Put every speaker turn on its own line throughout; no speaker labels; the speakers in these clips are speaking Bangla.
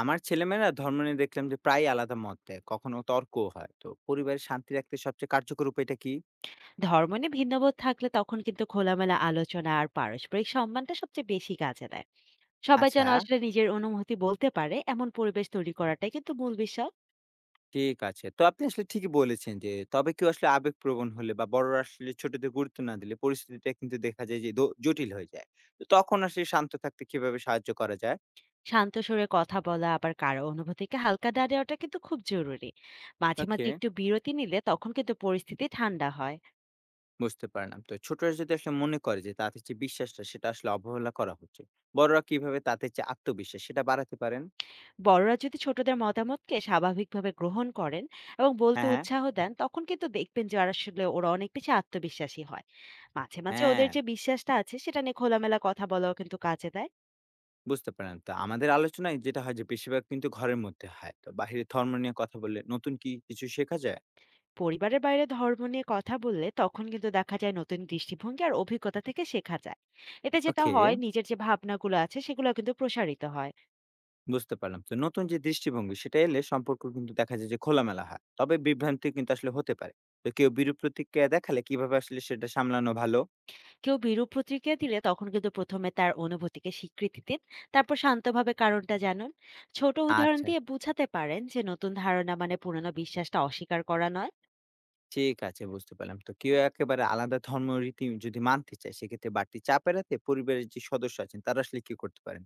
আমার ছেলেমেয়েরা ধর্ম নিয়ে দেখলাম যে প্রায় আলাদা মত দেয়, কখনো তর্কও হয়। তো পরিবারের শান্তি রাখতে সবচেয়ে কার্যকর উপায়টা কি?
ধর্ম নিয়ে ভিন্নবোধ থাকলে তখন কিন্তু খোলামেলা আলোচনা আর পারস্পরিক সম্মানটা সবচেয়ে বেশি কাজে দেয়। সবাই যেন
আচ্ছা,
আসলে নিজের অনুভূতি বলতে পারে এমন পরিবেশ তৈরি করাটাই কিন্তু মূল বিষয়।
ঠিক আছে। তো আপনি আসলে ঠিকই বলেছেন যে তবে কেউ আসলে আবেগপ্রবণ হলে বা বড়রা আসলে ছোটদের গুরুত্ব না দিলে পরিস্থিতিটা কিন্তু দেখা যায় যে জটিল হয়ে যায়। তো তখন আসলে শান্ত থাকতে কিভাবে সাহায্য করা যায়?
শান্ত সুরে কথা বলা আবার কারো অনুভূতিকে হালকা দাঁড়িয়ে ওটা কিন্তু খুব জরুরি। মাঝে মাঝে
ওকে,
একটু বিরতি নিলে তখন কিন্তু পরিস্থিতি ঠান্ডা হয়।
বুঝতে পারলাম। তো ছোটরা যদি আসলে মনে করে যে তাদের যে বিশ্বাসটা সেটা আসলে অবহেলা করা হচ্ছে, বড়রা কিভাবে তাদের যে আত্মবিশ্বাস সেটা বাড়াতে পারেন?
বড়রা যদি ছোটদের মতামতকে স্বাভাবিকভাবে গ্রহণ করেন এবং বলতে
হ্যাঁ, হ্যাঁ,
উৎসাহ দেন তখন কিন্তু দেখবেন যে আসলে ওরা অনেক বেশি আত্মবিশ্বাসী হয়। মাঝে মাঝে ওদের
হ্যাঁ,
যে বিশ্বাসটা আছে সেটা নিয়ে খোলামেলা কথা বলাও কিন্তু কাজে দেয়।
বুঝতে পারেন। তো আমাদের আলোচনায় যেটা হয় যে বেশিরভাগ কিন্তু ঘরের মধ্যে হয়। তো বাহিরে ধর্ম নিয়ে কথা বললে নতুন কি কিছু শেখা যায়?
পরিবারের বাইরে ধর্ম নিয়ে কথা বললে তখন কিন্তু দেখা যায় নতুন দৃষ্টিভঙ্গি আর অভিজ্ঞতা থেকে শেখা যায়। এতে যেটা
ওকে,
হয় নিজের যে ভাবনাগুলো আছে সেগুলো কিন্তু প্রসারিত হয়।
বুঝতে পারলাম। তো নতুন যে দৃষ্টিভঙ্গি সেটা এলে সম্পর্ক কিন্তু দেখা যায় যে খোলামেলা হয়। তবে বিভ্রান্তি কিন্তু আসলে হতে পারে। তো কেউ বিরূপ প্রতিক্রিয়া দেখালে কিভাবে আসলে সেটা সামলানো ভালো?
কেউ বিরূপ প্রতিক্রিয়া দিলে তখন কিন্তু প্রথমে তার অনুভূতিকে স্বীকৃতি দিন, তারপর শান্তভাবে কারণটা জানুন। ছোট উদাহরণ
আচ্ছা,
দিয়ে বোঝাতে পারেন যে নতুন ধারণা মানে পুরনো বিশ্বাসটা অস্বীকার করা নয়।
ঠিক আছে, বুঝতে পারলাম। তো কেউ একেবারে আলাদা ধর্ম রীতি যদি মানতে চায় সেক্ষেত্রে বাড়তি চাপ এড়াতে পরিবারের যে সদস্য আছেন তারা আসলে কি করতে পারেন?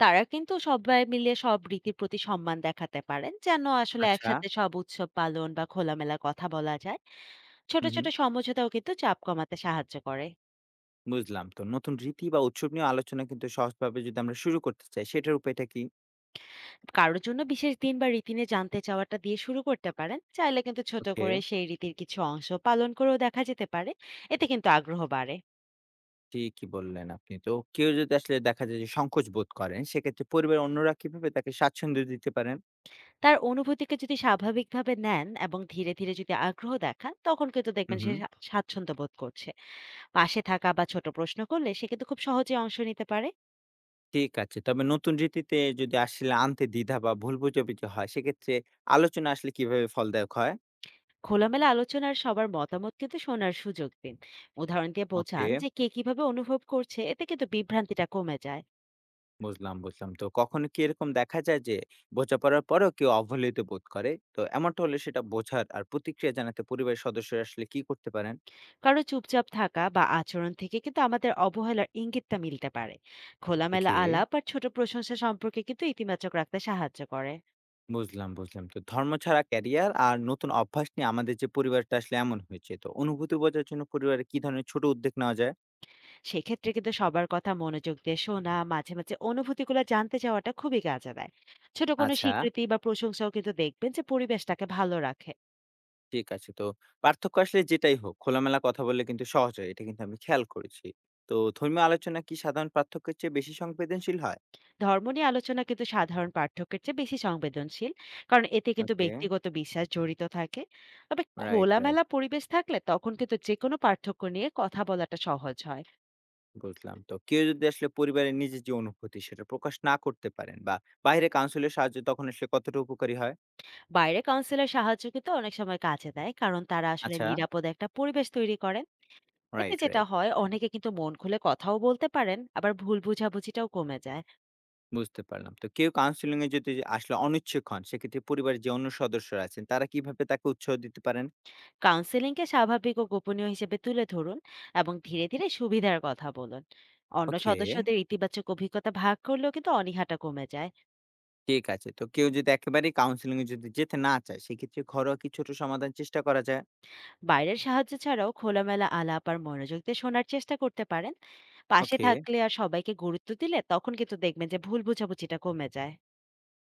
তারা কিন্তু সবাই মিলে সব রীতির প্রতি সম্মান দেখাতে পারেন যেন আসলে
আচ্ছা,
একসাথে সব উৎসব পালন বা খোলামেলা কথা বলা যায়। ছোট
হু, হু,
ছোট সমঝোতাও কিন্তু চাপ কমাতে সাহায্য করে।
বুঝলাম। তো নতুন রীতি বা উৎসব নিয়ে আলোচনা কিন্তু সহজভাবে যদি আমরা শুরু করতে চাই, সেটার উপায়টা কি?
কারোর জন্য বিশেষ দিন বা রীতি নিয়ে জানতে চাওয়াটা দিয়ে শুরু করতে পারেন, চাইলে কিন্তু ছোট
ওকে।
করে সেই রীতির কিছু অংশ পালন করেও দেখা যেতে পারে। এতে কিন্তু আগ্রহ বাড়ে।
ঠিকই বললেন আপনি। তো কেউ যদি আসলে দেখা যায় যে সংকোচ বোধ করেন, সেক্ষেত্রে পরিবারের অন্যরা কিভাবে তাকে স্বাচ্ছন্দ্য দিতে পারেন?
তার অনুভূতিকে যদি স্বাভাবিকভাবে নেন এবং ধীরে ধীরে যদি আগ্রহ দেখান তখন কিন্তু
হুম,
দেখবেন সে
হুম।
স্বাচ্ছন্দ্য বোধ করছে। পাশে থাকা বা ছোট প্রশ্ন করলে সে কিন্তু খুব সহজে অংশ নিতে পারে।
ঠিক আছে। তবে নতুন রীতিতে যদি আসলে আনতে দ্বিধা বা ভুল বোঝাবুঝি হয়, সেক্ষেত্রে আলোচনা আসলে কিভাবে ফলদায়ক হয়?
খোলামেলা আলোচনার সবার মতামত কিন্তু শোনার সুযোগ দিন। উদাহরণ দিয়ে বোঝান
ওকে,
যে কে কিভাবে অনুভব করছে, এতে কিন্তু বিভ্রান্তিটা কমে যায়।
বুঝলাম, বুঝলাম। তো কখনো কি এরকম দেখা যায় যে বোঝাপড়ার পরেও কেউ অবহেলিত বোধ করে? তো এমনটা হলে সেটা বোঝার আর প্রতিক্রিয়া জানাতে পরিবারের সদস্যরা আসলে কি করতে পারেন?
কারো চুপচাপ থাকা বা আচরণ থেকে কিন্তু আমাদের অবহেলার ইঙ্গিতটা মিলতে পারে। খোলামেলা
ওকে,
আলাপ আর ছোট প্রশংসা সম্পর্কে কিন্তু ইতিবাচক রাখতে সাহায্য করে।
বুঝলাম, বুঝলাম। তো ধর্ম ছাড়া ক্যারিয়ার আর নতুন অভ্যাস নিয়ে আমাদের যে পরিবারটা আসলে এমন হয়েছে। তো অনুভূতি বোঝার জন্য পরিবারে কি ধরনের ছোট উদ্যোগ নেওয়া যায়?
সেক্ষেত্রে কিন্তু সবার কথা মনোযোগ দিয়ে শোনা, মাঝে মাঝে অনুভূতিগুলো জানতে চাওয়াটা খুবই কাজে দেয়। ছোট কোনো
আচ্ছা।
স্বীকৃতি বা প্রশংসাও কিন্তু দেখবেন যে পরিবেশটাকে ভালো রাখে।
ঠিক আছে। তো পার্থক্য আসলে যেটাই হোক, খোলামেলা কথা বললে কিন্তু সহজ হয়। এটা কিন্তু আমি খেয়াল করেছি। তো ধর্মীয় আলোচনা কি সাধারণ পার্থক্যের চেয়ে বেশি সংবেদনশীল হয়?
ধর্ম নিয়ে আলোচনা কিন্তু সাধারণ পাঠ্যকের চেয়ে বেশি সংবেদনশীল, কারণ এতে কিন্তু
ওকে,
ব্যক্তিগত বিশ্বাস জড়িত থাকে। তবে
রাইট, রাইট,
খোলামেলা পরিবেশ থাকলে তখন কিন্তু যে কোনো পার্থক্য নিয়ে কথা বলাটা সহজ হয়।
বুঝলাম। তো কেউ যদি আসলে পরিবারের নিজের যে অনুভূতি সেটা প্রকাশ না করতে পারেন বা বাইরে কাউন্সিলের সাহায্য তখন আসলে কতটা উপকারী হয়?
বাইরে কাউন্সিলের সাহায্য কিন্তু অনেক সময় কাজে দেয়, কারণ তারা আসলে
আচ্ছা,
নিরাপদ একটা পরিবেশ তৈরি করে। এতে
রাইট,
যেটা
রাইট,
হয় অনেকে কিন্তু মন খুলে কথাও বলতে পারেন, আবার ভুল বোঝাবুঝিটাও কমে যায়।
বুঝতে পারলাম। তো কেউ কাউন্সেলিং এ যদি আসলে অনিচ্ছুক হন, সেক্ষেত্রে পরিবারের যে অন্য সদস্যরা আছেন, তারা কিভাবে তাকে উৎসাহ দিতে পারেন?
কাউন্সেলিংকে স্বাভাবিক ও গোপনীয় হিসেবে তুলে ধরুন এবং ধীরে ধীরে সুবিধার কথা বলুন। অন্য
ওকে।
সদস্যদের ইতিবাচক অভিজ্ঞতা ভাগ করলেও কিন্তু অনীহাটা কমে যায়।
ঠিক আছে। তো কেউ যদি একেবারেই কাউন্সেলিং এ যদি যেতে না চায়, সেক্ষেত্রে ঘরোয়া কি ছোট সমাধান চেষ্টা করা যায়?
বাইরের সাহায্য ছাড়াও খোলামেলা আলাপ আর মনোযোগ দিয়ে শোনার চেষ্টা করতে পারেন। পাশে
ওকে।
থাকলে আর সবাইকে গুরুত্ব দিলে তখন কিন্তু দেখবেন যে ভুল বোঝাবুঝিটা কমে যায়।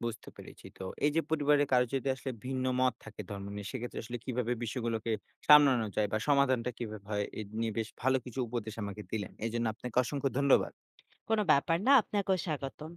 বুঝতে পেরেছি। তো এই যে পরিবারের কারো যদি আসলে ভিন্ন মত থাকে ধর্ম নিয়ে, সেক্ষেত্রে আসলে কিভাবে বিষয়গুলোকে সামলানো যায় বা সমাধানটা কিভাবে হয়? এ নিয়ে বেশ ভালো কিছু উপদেশ আমাকে দিলেন। এজন্য আপনাকে অসংখ্য ধন্যবাদ।
কোনো ব্যাপার না, আপনাকেও স্বাগতম।